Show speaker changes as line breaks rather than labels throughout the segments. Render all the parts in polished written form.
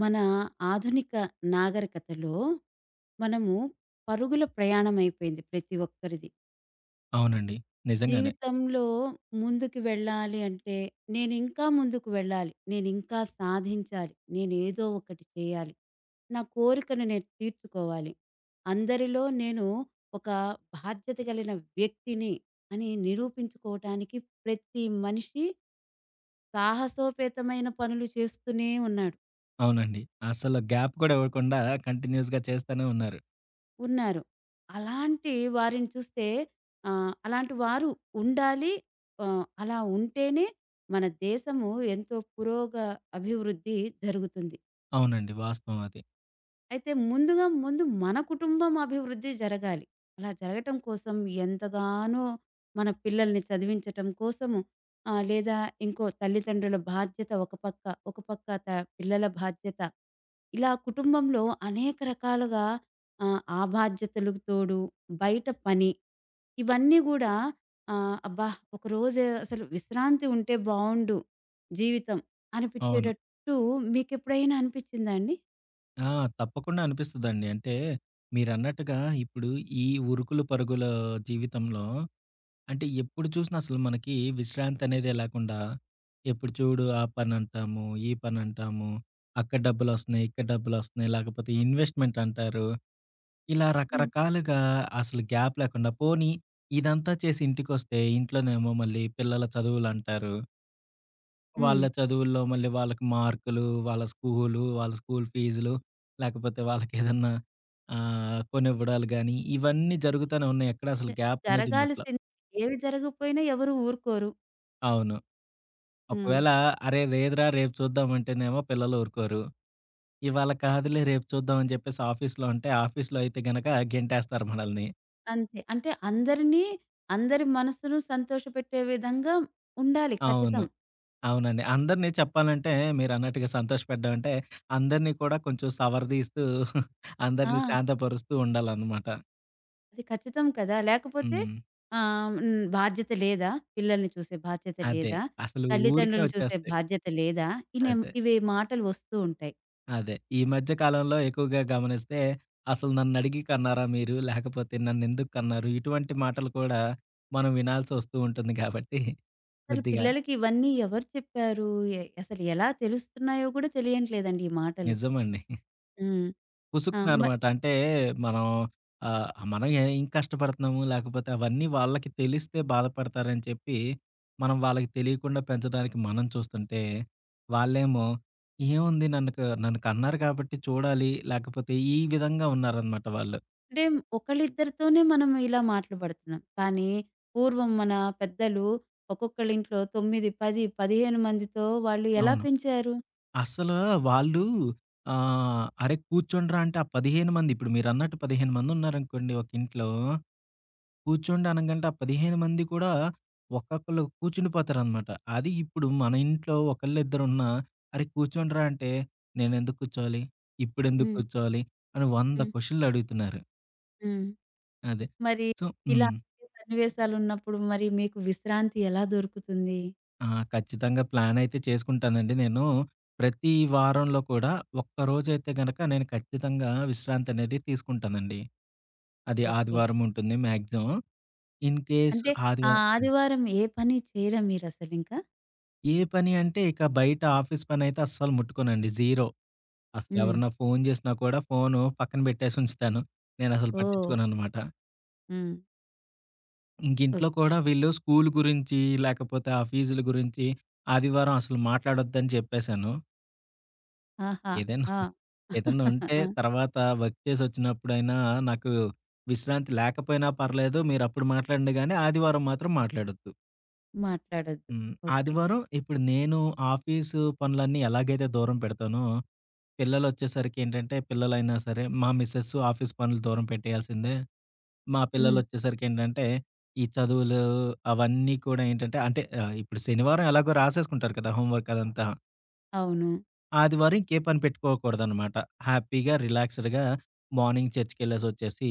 మన ఆధునిక నాగరికతలో మనము పరుగుల ప్రయాణం అయిపోయింది ప్రతి ఒక్కరిది.
అవునండి. నిజంగానే.
జీవితంలో ముందుకు వెళ్ళాలి అంటే నేను ఇంకా ముందుకు వెళ్ళాలి. నేను ఇంకా సాధించాలి. నేను ఏదో ఒకటి చేయాలి. నా కోరికను నేను తీర్చుకోవాలి. అందరిలో నేను ఒక బాధ్యత కలిగిన వ్యక్తిని అని నిరూపించుకోవటానికి ప్రతి మనిషి సాహసోపేతమైన పనులు చేస్తూనే ఉన్నాడు.
అవునండి. అసలు గ్యాప్ కూడా ఇవ్వకుండా కంటిన్యూస్‌గా చేస్తానే ఉన్నారు.
ఉన్నారు. అలాంటి వారిని చూస్తే అలాంటి వారు ఉండాలి. అలా ఉంటేనే మన దేశము ఎంతో అభివృద్ధి జరుగుతుంది.
అవునండి. వాస్తవం అది.
అయితే ముందు మన కుటుంబం అభివృద్ధి జరగాలి. అలా జరగటం కోసం ఎంతగానో మన పిల్లల్ని చదివించటం కోసము లేదా ఇంకో తల్లిదండ్రుల బాధ్యత ఒక పక్క, ఒక పక్క పిల్లల బాధ్యత. ఇలా కుటుంబంలో అనేక రకాలుగా ఆ బాధ్యతలకు తోడు బయట పని ఇవన్నీ గూడా అబ్బా! ఒకరోజు అసలు విశ్రాంతి ఉంటే బావుండు జీవితం
అవును.
అనిపిచ్చేటట్టు మీకెప్పుడైనా అనిపిచ్చిందా అండి?
ఆ! తప్పకుండా అనిపిస్తదండి. అంటే మీరన్నట్టుగా ఇప్పుడు ఈ ఉరుకులు పరుగుల జీవితంలో అంటే ఎప్పుడు చూసినా అసలు మనకి విశ్రాంతి అనేదే లేకుండా ఎప్పుడు చూడు ఆ పనంటాము, ఈ పనంటాము. అక్కడ డబ్బులొస్తున్నాయి, ఇక్కడ డబ్బులొస్తున్నాయి. లేకపోతే ఇన్వెస్ట్‌మెంట్ అంటారు. ఇలా
హ్మ్.
రకరకాలుగా అసలు గ్యాప్ లేకుండా పోనీ ఇదంతా చేసి ఇంటికొస్తే ఇంట్లోనేమో మళ్ళీ పిల్లల చదువులంటారు.
హ్మ్.
వాళ్ళ చదువుల్లో మళ్ళీ వాళ్ళకి మార్కులు, వాళ్ళ స్కూలు, వాళ్ళ స్కూల్ ఫీజులు, లేకపోతే వాళ్ళకేదన్నా కొనివ్వడాలు గానీ, ఇవన్నీ జరుగుతానే ఉన్నాయి. ఎక్కడ అసలు
జ
గ్యాప్ అనేది ఉండట్లా.
జరగాల్సింది. ఏవి జరగకపోయినా ఎవరు ఊరుకోరు.
అవును.
హ్మ్.
ఒకవేళ అరే! లేదురా రేపు చూద్దాం అంటేనేమో పిల్లలు ఊరుకోరు. ఇవాళ కాదులే రేపు చూద్దాం అని చెప్పేసి ఆఫీస్‌లో అంటే, ఆఫీస్‌లో అయితే గనక గెంటేస్తారు మనల్ని.
అంతే. అంటే అందరినీ, అందరి మనసును సంతోషపెట్టే విధంగా ఉండాలి
అవును.
ఖచ్చితం.
అవునండి. అందరిని చెప్పాలంటే మీరన్నట్టుగా సంతోషపెట్టడం అంటే, అందరిని కూడా కొంచెం సవరదీస్తూ
ఆ!
అందరిని శాంతపరుస్తూ ఉండాలన్నమాట.
అది ఖచ్చితం కదా! లేకపోతే
హ్మ్.
ఆహ్, హ్మ్. బాధ్యత లేదా? పిల్లల్ని చూసే బాధ్యత
అదే.
లేదా?
అసలు ఊరికనే
తల్లిదండ్రులను చూసే
వచ్చేస్తాయి.
బాధ్యత లేదా? ఇనేమ్
అదే.
ఇవి మాటలు వస్తూ ఉంటాయి.
అదే. ఈ మధ్య కాలంలో ఎక్కువగా గమనిస్తే, "అసలు నన్నడిగి కన్నారా మీరు? లేకపోతే నన్నెందుకు కన్నారు?" ఇటువంటి మాటలు కూడా మనం వినాల్సొస్తూ ఉంటుంది గాబట్టి
అసలు
కొద్దిగా
పిల్లలకి ఇవన్నీ ఎవరు చెప్పారు? అసలు ఎలా తెలుస్తున్నాయో కూడా తెలియట్లేదండి ఈ మాటలు.
నిజమండి.
హ్మ్. ఆ!
పుసుక్కున
మ
అనమాట. అంటే మనం మనం ఏం కష్టపడుతున్నాము, లేకపోతే అవన్నీ వాళ్ళకి తెలిస్తే బాధపడతారని చెప్పి, మనం వాళ్ళకి తెలియకుండా పెంచడానికి మనం చూస్తుంటే, వాళ్ళేమో ఏముంది నన్ను కన్నారు కాబట్టి చూడాలి, లేకపోతే ఈ విధంగా ఉన్నారనమాట వాళ్ళు.
అంటే ఒకళ్ళిద్దరితోనే మనం ఇలా మాటలు పడుతున్నాం. కానీ పూర్వం మన పెద్దలు ఒక్కొక్కళ్ళింట్లో 9, 10, 15 మందితో వాళ్ళు ఎలా
అవును.
పెంచారు?
అస్సలు వాళ్ళు అరే కూర్చోండ్రా అంటే ఆ 15 మంది ఇప్పుడు మీరన్నట్టు 15 మందున్నారనుకోండి ఒక ఇంట్లో కూర్చోండి అనంగంటే ఆ 15 మంది కూడా ఒక్కొక్కళ్ళు కూర్చుండిపోతారనమాట. అది ఇప్పుడు మన ఇంట్లో ఒకళ్ళిద్దరున్నా, "అరే! కూర్చోండిరా" అంటే, "నేనెందుకు కూర్చోవాలి? ఇప్పుడెందుకు
హ్మ్.
కూర్చోవాలి?" అని 100
హ్మ్.
క్వెషన్‌లు అడుగుతున్నారు.
హ్మ్.
అదే.
మరి
సో హ్మ్.
ఇలాంటి సన్నివేశాలున్నప్పుడు మరి మీకు విశ్రాంతి ఎలా దొరుకుతుంది?
ఆ! ఖచ్చితంగా ప్లానయితే చేసుకుంటానండి నేను. ప్రతి వారంలో కూడా ఒక్కరోజైతే గనక నేను ఖచ్చితంగా విశ్రాంతనేది తీసుకుంటానండి. అది
ఓకే.
ఆదివారం ఉంటుంది మ్యాక్సిమం. ఇన్‌కేస్
అంటే ఆ
ఆదివారం హ్మ్.
ఆదివారం ఏ పని చేయరా మీరసలింకా?
ఏ పని అంటే ఇక బయట ఆఫీస్ పనైతే అస్సలు ముట్టుకోనండి. జీరో.
హ్మ్.
అసలెవరన్నా ఫోను జేసినా కూడా ఫోను పక్కన బెట్టేసి ఉంచుతాను. నేనసలు
ఓహ్!
పట్టించుకోననమాట.
హ్మ్. ఓకే.
ఇంకింట్లో కూడా వీళ్ళు స్కూలు గురించి, లేకపోతే ఆ ఫీజుల గురించి ఆదివారం అసలు మాట్లాడొద్దని చెప్పేశాను.
ఆహా!
ఏదైనా
ఆ!
ఏదన్నా ఉంటే
ఆ!
తర్వాత వర్క్ చేసొచ్చినప్పుడైనా నాకు విశ్రాంతి లేకపోయినా పర్లేదు. మీరప్పుడు మాట్లాడండి గానీ ఆదివారం మాత్రం మాట్లాడొద్దు.
మాట్లాడొద్దు.
హ్మ్.
ఓకే.
ఆదివారం ఇప్పుడు నేను ఆఫీసు పనులన్నీ ఎలాగైతే దూరం పెడతానో పిల్లలొచ్చేసరికి ఏంటంటే, పిల్లలైనా సరే, మా మిసెస్ ఆఫీస్ పనులు దూరం పెట్టేయాల్సిందే. మా
హ్మ్.
పిల్లలొచ్చేసరికేంటంటే, ఈ చదువులు అవన్నీ కూడా ఏంటంటే అంటే ఇప్పుడు శనివారం ఎలాగో రాసేసుకుంటారు కదా! హోమ్ వర్క్ అదంతా.
అవును.
ఆదివారం ఇంకే పని పెట్టుకోకూడదనమాట. హ్యాపీగా, రిలాక్స్‌డ్‌గా మార్నింగ్ చర్చ్‌కెళ్ళేసొచ్చేసి,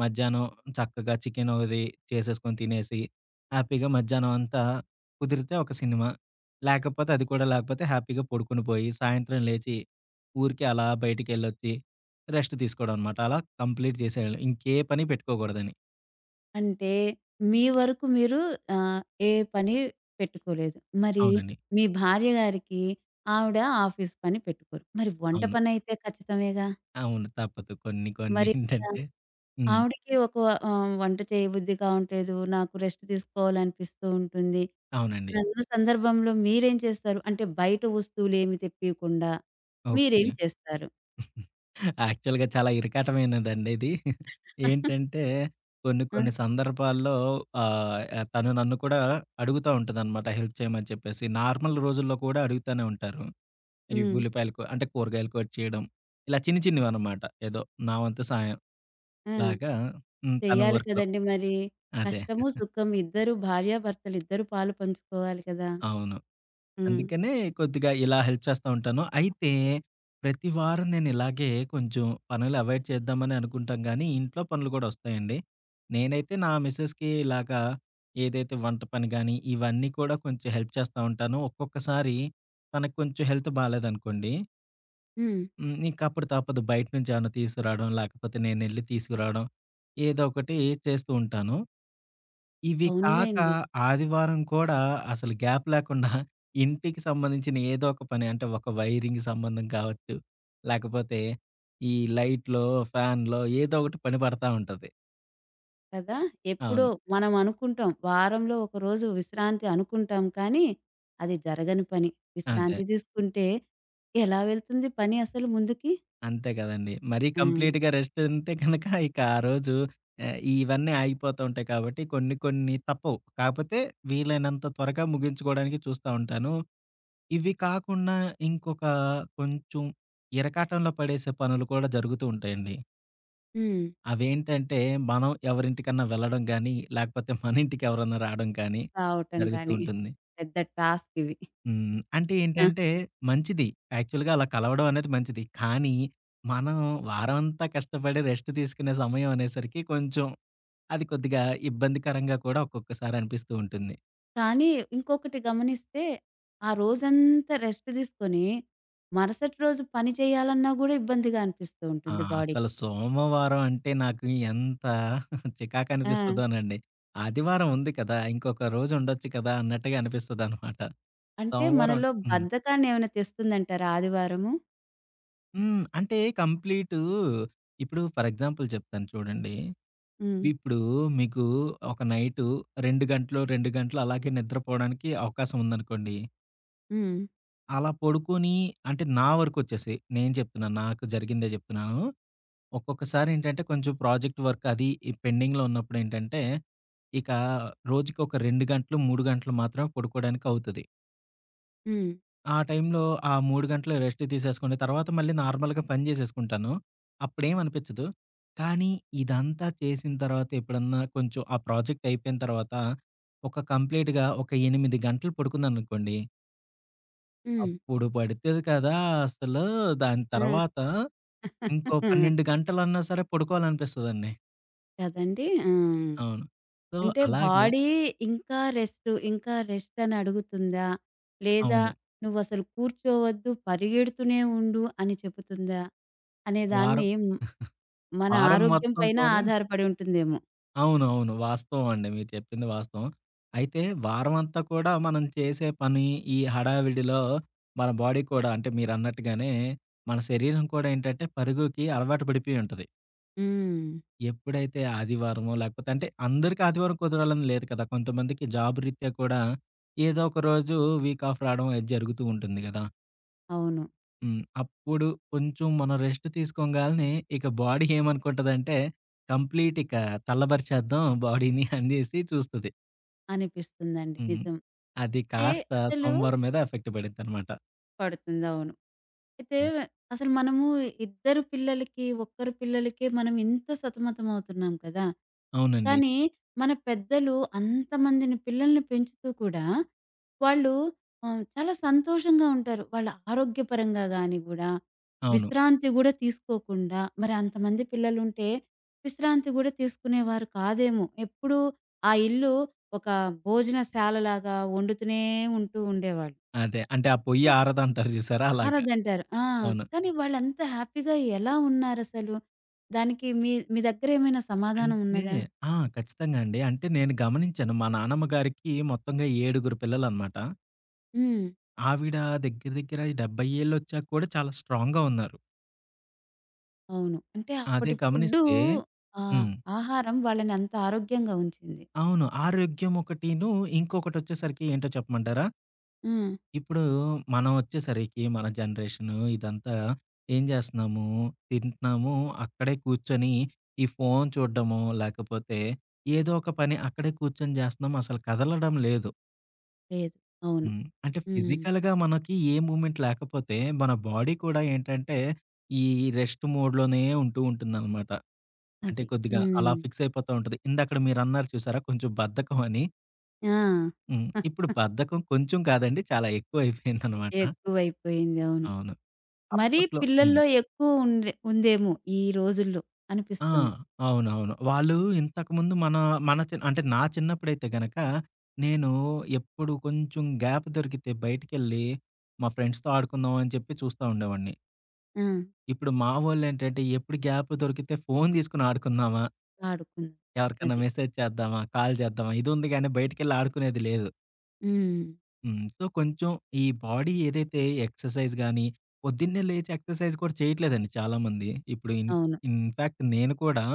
మధ్యాహ్నం చక్కగా చికెన్ అది చేసేసుకొని తినేసి, హ్యాపీగా మధ్యాహ్నం అంతా కుదిరితే ఒక సినిమా, లేకపోతే అది కూడా లేకపోతే హ్యాపీగా పడుకొని పోయి, సాయంత్రం లేచి ఊరికే అలా బయటికెళ్ళొచ్చి రెస్ట్ తీసుకోవడం అనమాట. అలా కంప్లీట్ చేసేయాలి. ఇంకే పని పెట్టుకోకూడదని.
అంటే మీ వరకు మీరు ఆహ్, ఏ పని పెట్టుకోలేదు. మరి
అవునండి.
మీ భార్య గారికి ఆవిడ ఆఫీస్ పని పెట్టుకోరు. మరి వంట
అవును.
పనైతే ఖచ్చితమేగా!
అవును. తప్పదు. కొన్ని కొన్ని
మరి ఇలా
ఏంటంటే హ్మ్.
ఆవిడకి ఒక వంట చేయబుద్ధి కావట్లేదు. నాకు రెస్ట్ తీసుకోవాలనిపిస్తూ ఉంటుంది.
అవునండి.
అని అన్న సందర్భంలో మీరేం చేస్తారు? అంటే బయట వస్తువులేమి తెప్పీయకుండా మీరేం
ఓకే.
చేస్తారు?
యాక్చువల్‌గా చాలా ఇరకాటమైనదండి ఇది. ఏంటంటే కొన్ని
ఆ!
కొన్ని సందర్భాల్లో ఆహ్, తను నన్ను కూడా అడుగుతా ఉంటదనమాట హెల్ప్ చేయమని చెప్పేసి. నార్మల్ రోజుల్లో కూడా అడుగుతానే ఉంటారు. ఈ
హ్మ్.
ఉల్లిపాయలు కో అంటే కూరగాయలు కట్ చేయడం. ఇలా చిన్ని చిన్నవనమాట. ఏదో నా వంతు సాయం
ఆ!
లాగా హ్మ్. తన
చెయ్యాలి
వర్క్‌లో.
కదండీ మరి.
అదే.
కష్టము, సుఖం ఇద్దరు భార్యాభర్తలిద్దరూ పాలు పంచుకోవాలి కదా!
అవును.
హ్మ్.
అందుకనే కొద్దిగా ఇలా హెల్ప్ చేస్తా ఉంటాను. అయితే ప్రతి వారం నేనిలాగే కొంచెం పనులు అవాయిడ్ చేద్దామని అనుకుంటాం గానీ, ఇంట్లో పనులు గూడా ఒస్తాయండి. నేనైతే నా మిసెస్‌కి ఇలాగా ఏదైతే వంట పని గానీ, ఇవన్నీ కూడా కొంచెం హెల్ప్ చేస్తా ఉంటాను. ఒక్కొక్కసారి తనకు కొంచెం హెల్త్ బాలేదనుకోండి,
హ్మ్.
హ్మ్. ఇంక అప్పుడు తప్పదు బయట నుంచేమన్నా తీసుకురావడం, లేకపోతే నేనెళ్లి తీసుకురావడం ఏదో ఒకటి చేస్తూ ఉంటాను. ఇవి కాక
అవునులేండి.
ఆదివారం కూడా అసలు గ్యాప్ లేకుండా ఇంటికి సంబంధించిన ఏదో ఒక పని అంటే ఒక వైరింగ్ సంబంధం కావచ్చు. లేకపోతే ఈ లైట్‌లో, ఫ్యాన్‌లో ఏదో ఒకటి పని పడతా ఉంటది.
కదా! ఎప్పుడో
అవును.
మనం అనుకుంటాం. వారంలో ఒక రోజు విశ్రాంతి అనుకుంటాం కానీ, అది జరగని పని.
అదే.
విశ్రాంతి తీసుకుంటే ఎలా వెళ్తుంది పని అసలు ముందుకి?
అంతే కదండీ. మరీ
హ్మ్.
కంప్లీట్‌గా రెస్ట్ ఉంటే గనక ఇక ఆ రోజు ఇవన్నీ ఆగిపోతూ ఉంటాయి కాబట్టి కొన్ని కొన్ని తప్పవు. కాకపోతే వీలైనంత త్వరగా ముగించుకోవడానికి చూస్తా ఉంటాను. ఇవి కాకుండా ఇంకొక కొంచెం ఇరకాటంలో పడేసే పనులు కూడా జరుగుతూ ఉంటాయండి.
హ్మ్.
అవేంటంటే, మనం ఎవరింటికన్నా వెళ్ళడం గానీ, లేకపోతే మన ఇంటికి ఎవరన్నా రాడం కానీ
రావటం
జరుగుతూ
కానీ.
ఉంటుంది.
పెద్ద టాస్క్ ఇవి.
హ్మ్. అంటే
ఆ!
ఏంటంటే, మంచిది. యాక్చువల్‌గా అలా కలవడం అనేది మంచిది. కానీ, మనం వారమంతా కష్టపడి రెస్ట్ తీసుకునే సమయం అనేసరికి కొంచెం అది కొద్దిగా ఇబ్బందికరంగా కూడా ఒక్కొక్కసారి అనిపిస్తూ ఉంటుంది.
కానీ ఇంకొకటి గమనిస్తే ఆ రోజంతా రెస్ట్ తీసుకొని, మరుసటి రోజు పని చేయాలన్నా గూడా ఇబ్బందిగా అనిపిస్తూ
ఆ!
ఉంటుంది
అసలు
బాడీకి.
సోమవారం అంటే నాకు ఎంత
ఆ!
చికాకనిపిస్తదోనండి. ఆదివారం ఉంది కదా! ఇంకొక రోజుండొచ్చు కదా! అన్నట్టుగా అనిపిస్తదనమాట.
అంటే
సోమవారం
మనలో
అంటే హ్మ్.
బద్ధకాన్ని ఏమైనా తెస్తుందంటారా ఆదివారము?
హ్మ్. అంటే కంప్లీటు ఇప్పుడు ఫర్ ఎగ్జాంపుల్ చెప్తాను చూడండి.
హ్మ్.
ఇప్పుడు మీకు ఒక నైటు 2 గంటలు, 2 గంటలు అలాగే నిద్రపోవడానికి అవకాశం ఉందనుకోండి.
హ్మ్.
అలా పడుకొని అంటే నా వరకొచ్చేసి నేను చెప్తున్నాను. నాకు జరిగిందే చెప్తున్నాను. ఒక్కొక్కసారి ఏంటంటే కొంచెం ప్రాజెక్ట్ వర్క్ అది ఈ పెండింగ్‌లో ఉన్నప్పుడేంటంటే, ఇక రోజుకొక 2 గంటలు, 3 గంటలు మాత్రమే పడుకోవడానికి అవుతది.
హ్మ్.
ఆ టైంలో ఆ 3 గంటలు రెస్ట్ తీసేసుకొని, తర్వాత మళ్ళీ నార్మల్‌గా పని జేసేసుకుంటాను. అప్పుడేమనిపిచ్చదు. కానీ ఇదంతా చేసిన తర్వాత ఎప్పుడన్నా కొంచెం ఆ ప్రాజెక్ట్ అయిపోయిన తర్వాత, ఒక కంప్లీట్‌గా ఒక 8 గంటలు పడుకున్నాననుకోండి,
హ్మ్.
అప్పుడు పడితది కదా అసలు. దాని
ఆ!
తర్వాత ఇంకో 12 గంటలన్నా సరే పడుకోవాలనిపిస్తదండి.
కదండీ! ఆ!
అవును. సో,
అంటే
అలాగే
బాడీ ఇంకా రెస్టు, ఇంకా రెస్ట్ అని అడుగుతుందా? లేదా
అవును.
నువ్వసలు కూర్చోవద్దు, పరిగెడుతూనే ఉండు అని చెబుతుందా? అనే
వారం
దాన్ని మన
వారం
ఆరోగ్యం
మొత్తం
పైన
కూడా
ఆధారపడి ఉంటుందేమో.
అవునవును. వాస్తవం అండి. మీరు చెప్పింది వాస్తవం. అయితే వారమంతా కూడా మనం చేసే పని, ఈ హడావిడిలో మన బాడీ కూడా అంటే మీరన్నట్టుగానే మన శరీరం కూడా ఏంటంటే పరుగుకి అలవాటు పడిపోయి ఉంటది.
హ్మ్.
ఎప్పుడైతే ఆదివారమో లేకపోతే అంటే అందరికి ఆదివారం కుదరాలని లేదు కదా! కొంతమందికి జాబ్ రీత్యా కూడా ఏదో ఒక రోజు వీక్ ఆఫ్ రావడం అది జరుగుతూ ఉంటుంది గదా!
అవును.
హ్మ్. అప్పుడు కొంచెం మనం రెస్ట్ తీసుకోంగాల్నే ఇక బాడీ ఏమనుకుంటదంటే కంప్లీట్ ఇక చల్లబరిచేద్దాం బాడీని అనేసి చూస్తది.
అనిపిస్తుందండి.
హ్మ్.
నిజం.
అది
అయితే
కాస్త
అసలు
సోమవారం మీద ఎఫెక్ట్ పడిద్దనమాట.
పడుతుంది. అవును. అయితే అసలు మనము ఇద్దరు పిల్లలకి, ఒక్కరి పిల్లలకే మనం ఇంత సతమతమవుతున్నాం కదా!
అవునండి.
కానీ మన పెద్దలు అంతమందిని పిల్లల్ని పెంచుతూ కూడా వాళ్ళు చాలా సంతోషంగా ఉంటారు. వాళ్ళ ఆరోగ్యపరంగా గాని గూడా,
అవును.
విశ్రాంతి గూడా తీసుకోకుండా మరి అంతమంది పిల్లలుంటే విశ్రాంతి గూడా తీసుకునేవారు కాదేమో! ఎప్పుడూ ఆ ఇల్లు ఒక భోజనశాలలాగా వండుతూనే ఉంటూ ఉండేవాళ్ళు.
అదే. అంటే ఆ పొయ్యి ఆరదంటారు చూసారా అలాగా.
ఆరదంటారు. ఆ!
అవును.
కానీ వాళ్ళంత హ్యాపీగా ఎలా ఉన్నారసలు? దానికి మీ మీ దగ్గరేమైనా సమాధానం
అంటే
ఉన్నదా?
ఆ! ఖచ్చితంగా అండి. అంటే నేను గమనించాను మా నానమ్మ గారికి మొత్తంగా ఏడుగురు పిల్లలనమాట.
హ్మ్.
ఆవిడ దగ్గర దగ్గర 70 ఏళ్ళొచ్చాక కూడా చాలా స్ట్రాంగ్‌గా ఉన్నారు.
అవును. అంటే
అదే
అప్పటి ఫుడ్డు
గమనిస్తే
ఆహ్,
హ్మ్.
ఆహారం వాళ్ళని అంత ఆరోగ్యంగా ఉంచింది.
అవును. ఆరోగ్యం ఒకటీను, ఇంకొకటొచ్చేసరికి ఏంటో చెప్పమంటారా?
హ్మ్.
ఇప్పుడు మనం వచ్చేసరికి మన జనరేషను ఇదంతా ఏం చేస్తున్నాము? తింటున్నాము. అక్కడే కూర్చొని ఈ ఫోను చూడ్డమో, లేకపోతే ఏదో ఒక పని అక్కడే కూర్చొని చేస్తున్నాం. అసలు కదలడం లేదు.
లేదు. అవును.
హ్మ్. అంటే
హ్మ్.
ఫిజికల్‌గా మనకి ఏ మూవ్‌మెంట్ లేకపోతే మన బాడీ కూడా ఏంటంటే ఈ రెస్ట్ మోడ్‌లోనే ఉంటూ ఉంటుందనమాట. అంటే
అది.
కొద్దిగా అలా
హ్మ్.
ఫిక్స్ అయిపోతా ఉంటది. ఇందాకడ మీరన్నారు చూసారా కొంచెం బద్ధకం అని.
ఆ!
హ్మ్. ఇప్పుడు బద్ధకం కొంచెం కాదండి చాలా ఎక్కువ అయిపోయిందనమాట.
ఎక్కువైపోయింది. అవును.
అవును.
మరీ
అప్పట్లో హ్మ్.
పిల్లల్లో ఎక్కువ ఉండే ఉందేమో ఈ రోజుల్లో
ఆ!
అనిపిస్తుంది.
అవునవును. వాళ్ళు ఇంతకుముందు మన మన చి అంటే నా చిన్నప్పుడైతే గనక, నేను ఎప్పుడు కొంచెం గ్యాప్ దొరికితే బయటికెళ్ళి, మా ఫ్రెండ్స్‌తో ఆడుకుందాం అని చెప్పి చూస్తా ఉండేవాడిని.
ఆ!
ఇప్పుడు మా వోళ్ళేంటంటే, ఎప్పుడు గ్యాప్ దొరికితే ఫోను తీసుకొని ఆడుకుందామా,
ఆడుకున్న
ఎవరికన్నా
అది.
మెసేజ్ చేద్దామా, కాల్ చేద్దామా ఇదుంది గానీ, బయటికెళ్ళి ఆడుకునేది లేదు.
హ్మ్.
హ్మ్. సో, కొంచెం ఈ బాడీ ఏదైతే ఎక్సర్సైజ్ గానీ, పొద్దున్నే లేచి ఎక్సర్సైజ్ కూడా చేయట్లేదండి చాలామంది. ఇప్పుడు
అవును.
ఇన్‌ఫాక్ట్ నేను కూడా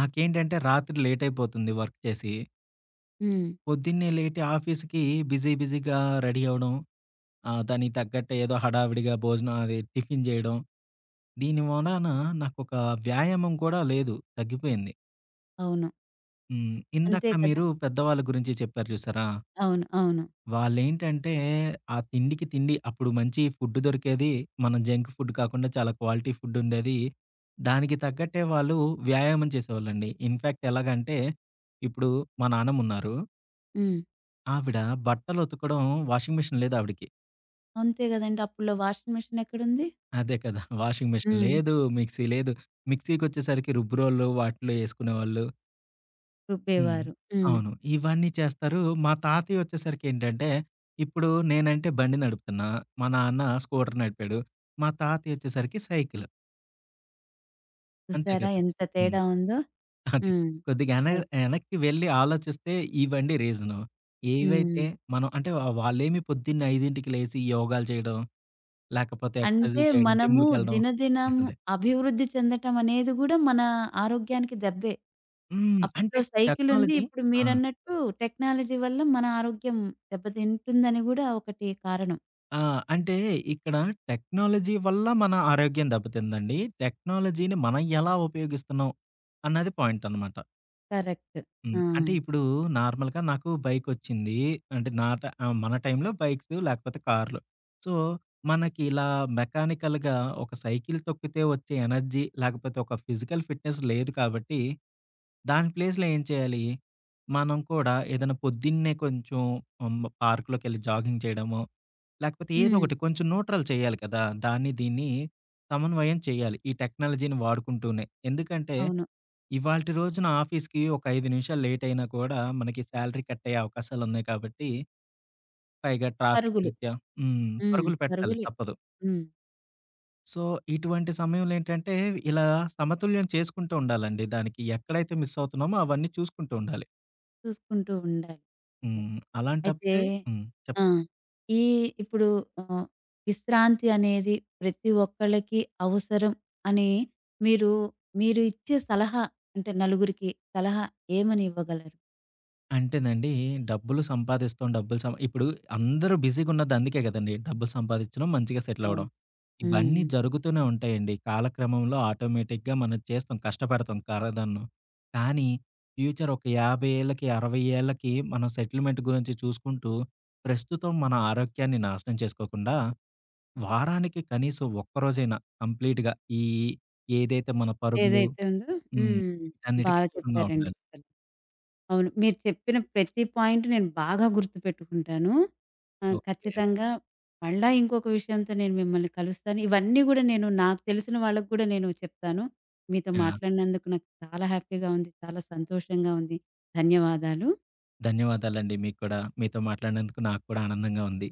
నాకేంటంటే రాత్రి లేట్ అయిపోతుంది వర్క్ చేసి.
హ్మ్.
పొద్దున్నే లేటి ఆఫీస్‌కి బిజీ బిజీగా రెడీ అవ్వడం. దానికి తగ్గట్టు ఏదో హడావిడిగా భోజనం అది టిఫిన్ జేయడం. దీని వలన నాకొక వ్యాయామం కూడా లేదు. తగ్గిపోయింది.
అవును.
హ్మ్.
అంతే
ఇందాక
కదా!
మీరు పెద్దవాళ్ళ గురించి చెప్పారు చూసారా?
అవును. అవును.
వాళ్ళేంటంటే, ఆ తిండికి తిండి అప్పుడు మంచి ఫుడ్ దొరికేది. మనం జంక్ ఫుడ్ కాకుండా చాలా క్వాలిటీ ఫుడ్డుండేది. దానికి తగ్గట్టే వాళ్ళు వ్యాయామం చేసేవాళ్ళండి. ఇన్‌ఫాక్ట్ ఎలాగంటే, ఇప్పుడు మా నానమ్మున్నారు.
హ్మ్.
ఆవిడ బట్టలు ఉతకడం వాషింగ్ మిషన్ లేదు ఆవిడకి.
అంతే గదండీ! అప్పుల్లో వాషింగ్ మిషన్ ఎక్కడుంది?
అదే కదా! వాషింగ్ మిషన్
హ్మ్.
లేదు, మిక్సీ లేదు. మిక్సీకొచ్చేసరికి రుబ్బురోళ్ళు వాటిలో యేసుకునేవాళ్ళు. హ్మ్.
రుబ్బేవారు. హ్మ్.
అవును. ఇవన్నీ చేస్తారు. మా తాతయ్య వచ్చేసరికేంటంటే, ఇప్పుడు నేనంటే బండి నడుపుతున్నా. మా నాన్న స్కూటర్ నడిపాడు. మా తాతయ్య వచ్చేసరికి సైకిల్. అంతే
చూసారా
కదా!
ఎంత
హ్మ్.
తేడా ఉందో?
అది.
హ్మ్.
కొద్దిగా
అది.
ఎనక్కి వెళ్లి ఆలోచిస్తే ఇవండి రీజను. ఏవైతే
హ్మ్.
మనం అంటే వాళ్ళేమి పొద్దున్నే 5కి లేసి యోగాలు చేయడం, లేకపోతే
అంటే
ఎక్సర్సైజులు చేయడం,
మనము
జిమ్‌లకెళ్ళడం
దినదినం
అదే.
అభివృద్ధి చెందటం అనేది గూడా మన ఆరోగ్యానికి దెబ్బే.
హ్మ్. అంటే
అప్పట్లో సైకిలుంది.
టెక్నాలజీ
ఇప్పుడు
ఆ!
మీరన్నట్టు టెక్నాలజీ వల్ల మన ఆరోగ్యం దెబ్బతింటుందని గూడా ఒకటి కారణం.
ఆ! అంటే ఇక్కడ టెక్నాలజీ వల్ల మన ఆరోగ్యం దెబ్బతిందండి. టెక్నాలజీని మనం ఎలా ఉపయోగిస్తున్నాం అన్నది పాయింటనమాట.
కరెక్ట్.
హ్మ్.
ఆ!
అంటే ఇప్పుడు నార్మల్‌గా నాకు బైకొచ్చింది. అంటే నా ట ఆహ్, మన టైంలో బైక్స్ లేకపోతే కార్లు. సో, మనకి ఇలా మెకానికల్‌గా ఒక సైకిల్ తొక్కితే వచ్చే ఎనర్జీ లేకపోతే ఒక ఫిజికల్ ఫిట్‌నెస్ లేదు కాబట్టి, దాని ప్లేస్‌లో ఏం చేయాలి? మనం కూడా ఏదైనా పొద్దున్నే కొంచెం హ్మ్. పార్క్‌లోకెళ్ళి జాగింగ్ చేయడమో లేకపోతే ఏదో
హ్మ్.
ఒకటి కొంచెం న్యూట్రల్ చేయాలి కదా! దాన్ని దీన్ని సమన్వయం చేయాలి. ఈ టెక్నాలజీని వాడుకుంటూనే. ఎందుకంటే
అవును.
ఇవాల్టి రోజున ఆఫీస్‌కి ఒక 5 నిమిషాలు లేట్ అయినా కూడా మనకి సాలరీ కట్ అయ్యే అవకాశాలున్నాయి కాబట్టి, పైగా ట్రాఫిక్
పరుగులు.
రీత్యా హ్మ్.
హ్మ్.
పరుగులు పెట్టాలి
పరుగులే.
తప్పదు.
హ్మ్.
సో, ఇటువంటి సమయంలో ఏంటంటే ఇలా సమతుల్యం చేసుకుంటూ ఉండాలండి. దానికి ఎక్కడైతే మిస్ అవుతున్నామో అవన్నీ చూసుకుంటూ ఉండాలి.
చూసుకుంటూ ఉండాలి.
హ్మ్.
అయితే
అలాంటప్పుడే హ్మ్.
ఆ!
చెప్పండి.
ఈ ఇప్పుడు ఆహ్, విశ్రాంతి అనేది ప్రతి ఒక్కళ్ళకి అవసరం అని మీరు, మీరు ఇచ్చే సలహా అంటే నలుగురికి సలహా ఏమని ఇవ్వగలరు?
అంటేనండి, డబ్బులు సంపాదిస్తాం, డబ్బులు సం ఇప్పుడు అందరూ బిజీగున్నది అందుకే గదండీ! డబ్బులు సంపాదించడం, మంచిగా సెటిల్
ఓహ్!
అవ్వడం. ఇవన్నీ
హ్మ్.
జరుగుతూనే ఉంటాయండి. కాలక్రమంలో ఆటోమేటిక్‌గా మనం చేస్తాం, కష్టపడతాం కారదన్ను. కానీ ఫ్యూచర్ ఒక 50 ఏళ్ళకి, 60 ఏళ్ళకి మనం సెటిల్‌మెంట్ గురించి చూసుకుంటూ, ప్రస్తుతం మన ఆరోగ్యాన్ని నాశనం చేసుకోకుండా, వారానికి కనీసం ఒక్కరోజైనా కంప్లీట్‌గా ఈ ఈ ఏదైతే మన పరుగులు
ఏదైతే ఉందో
హ్మ్.
హ్మ్.
వీటన్నిటికి
బాగా
దూరంగా
చెప్పారండి.
ఉండాలి.
అవును. మీరు చెప్పిన ప్రతి పాయింట్ నేను బాగా గుర్తుపెట్టుకుంటాను.
ఓకే అండి.
ఖచ్చితంగా మళ్ళా ఇంకొక విషయంతో నేను మిమ్మల్ని కలుస్తాను. ఇవన్నీ గూడా నేను నాకు తెలిసిన వాళ్ళకి గూడా నేను చెప్తాను. మీతో
ఆ!
మాట్లాడినందుకు నాకు చాలా హ్యాపీగా ఉంది. చాలా సంతోషంగా ఉంది. ధన్యవాదాలు.
ధన్యవాదాలండి మీకు కూడా. మీతో మాట్లాడినందుకు నాకు కూడా ఆనందంగా ఉంది.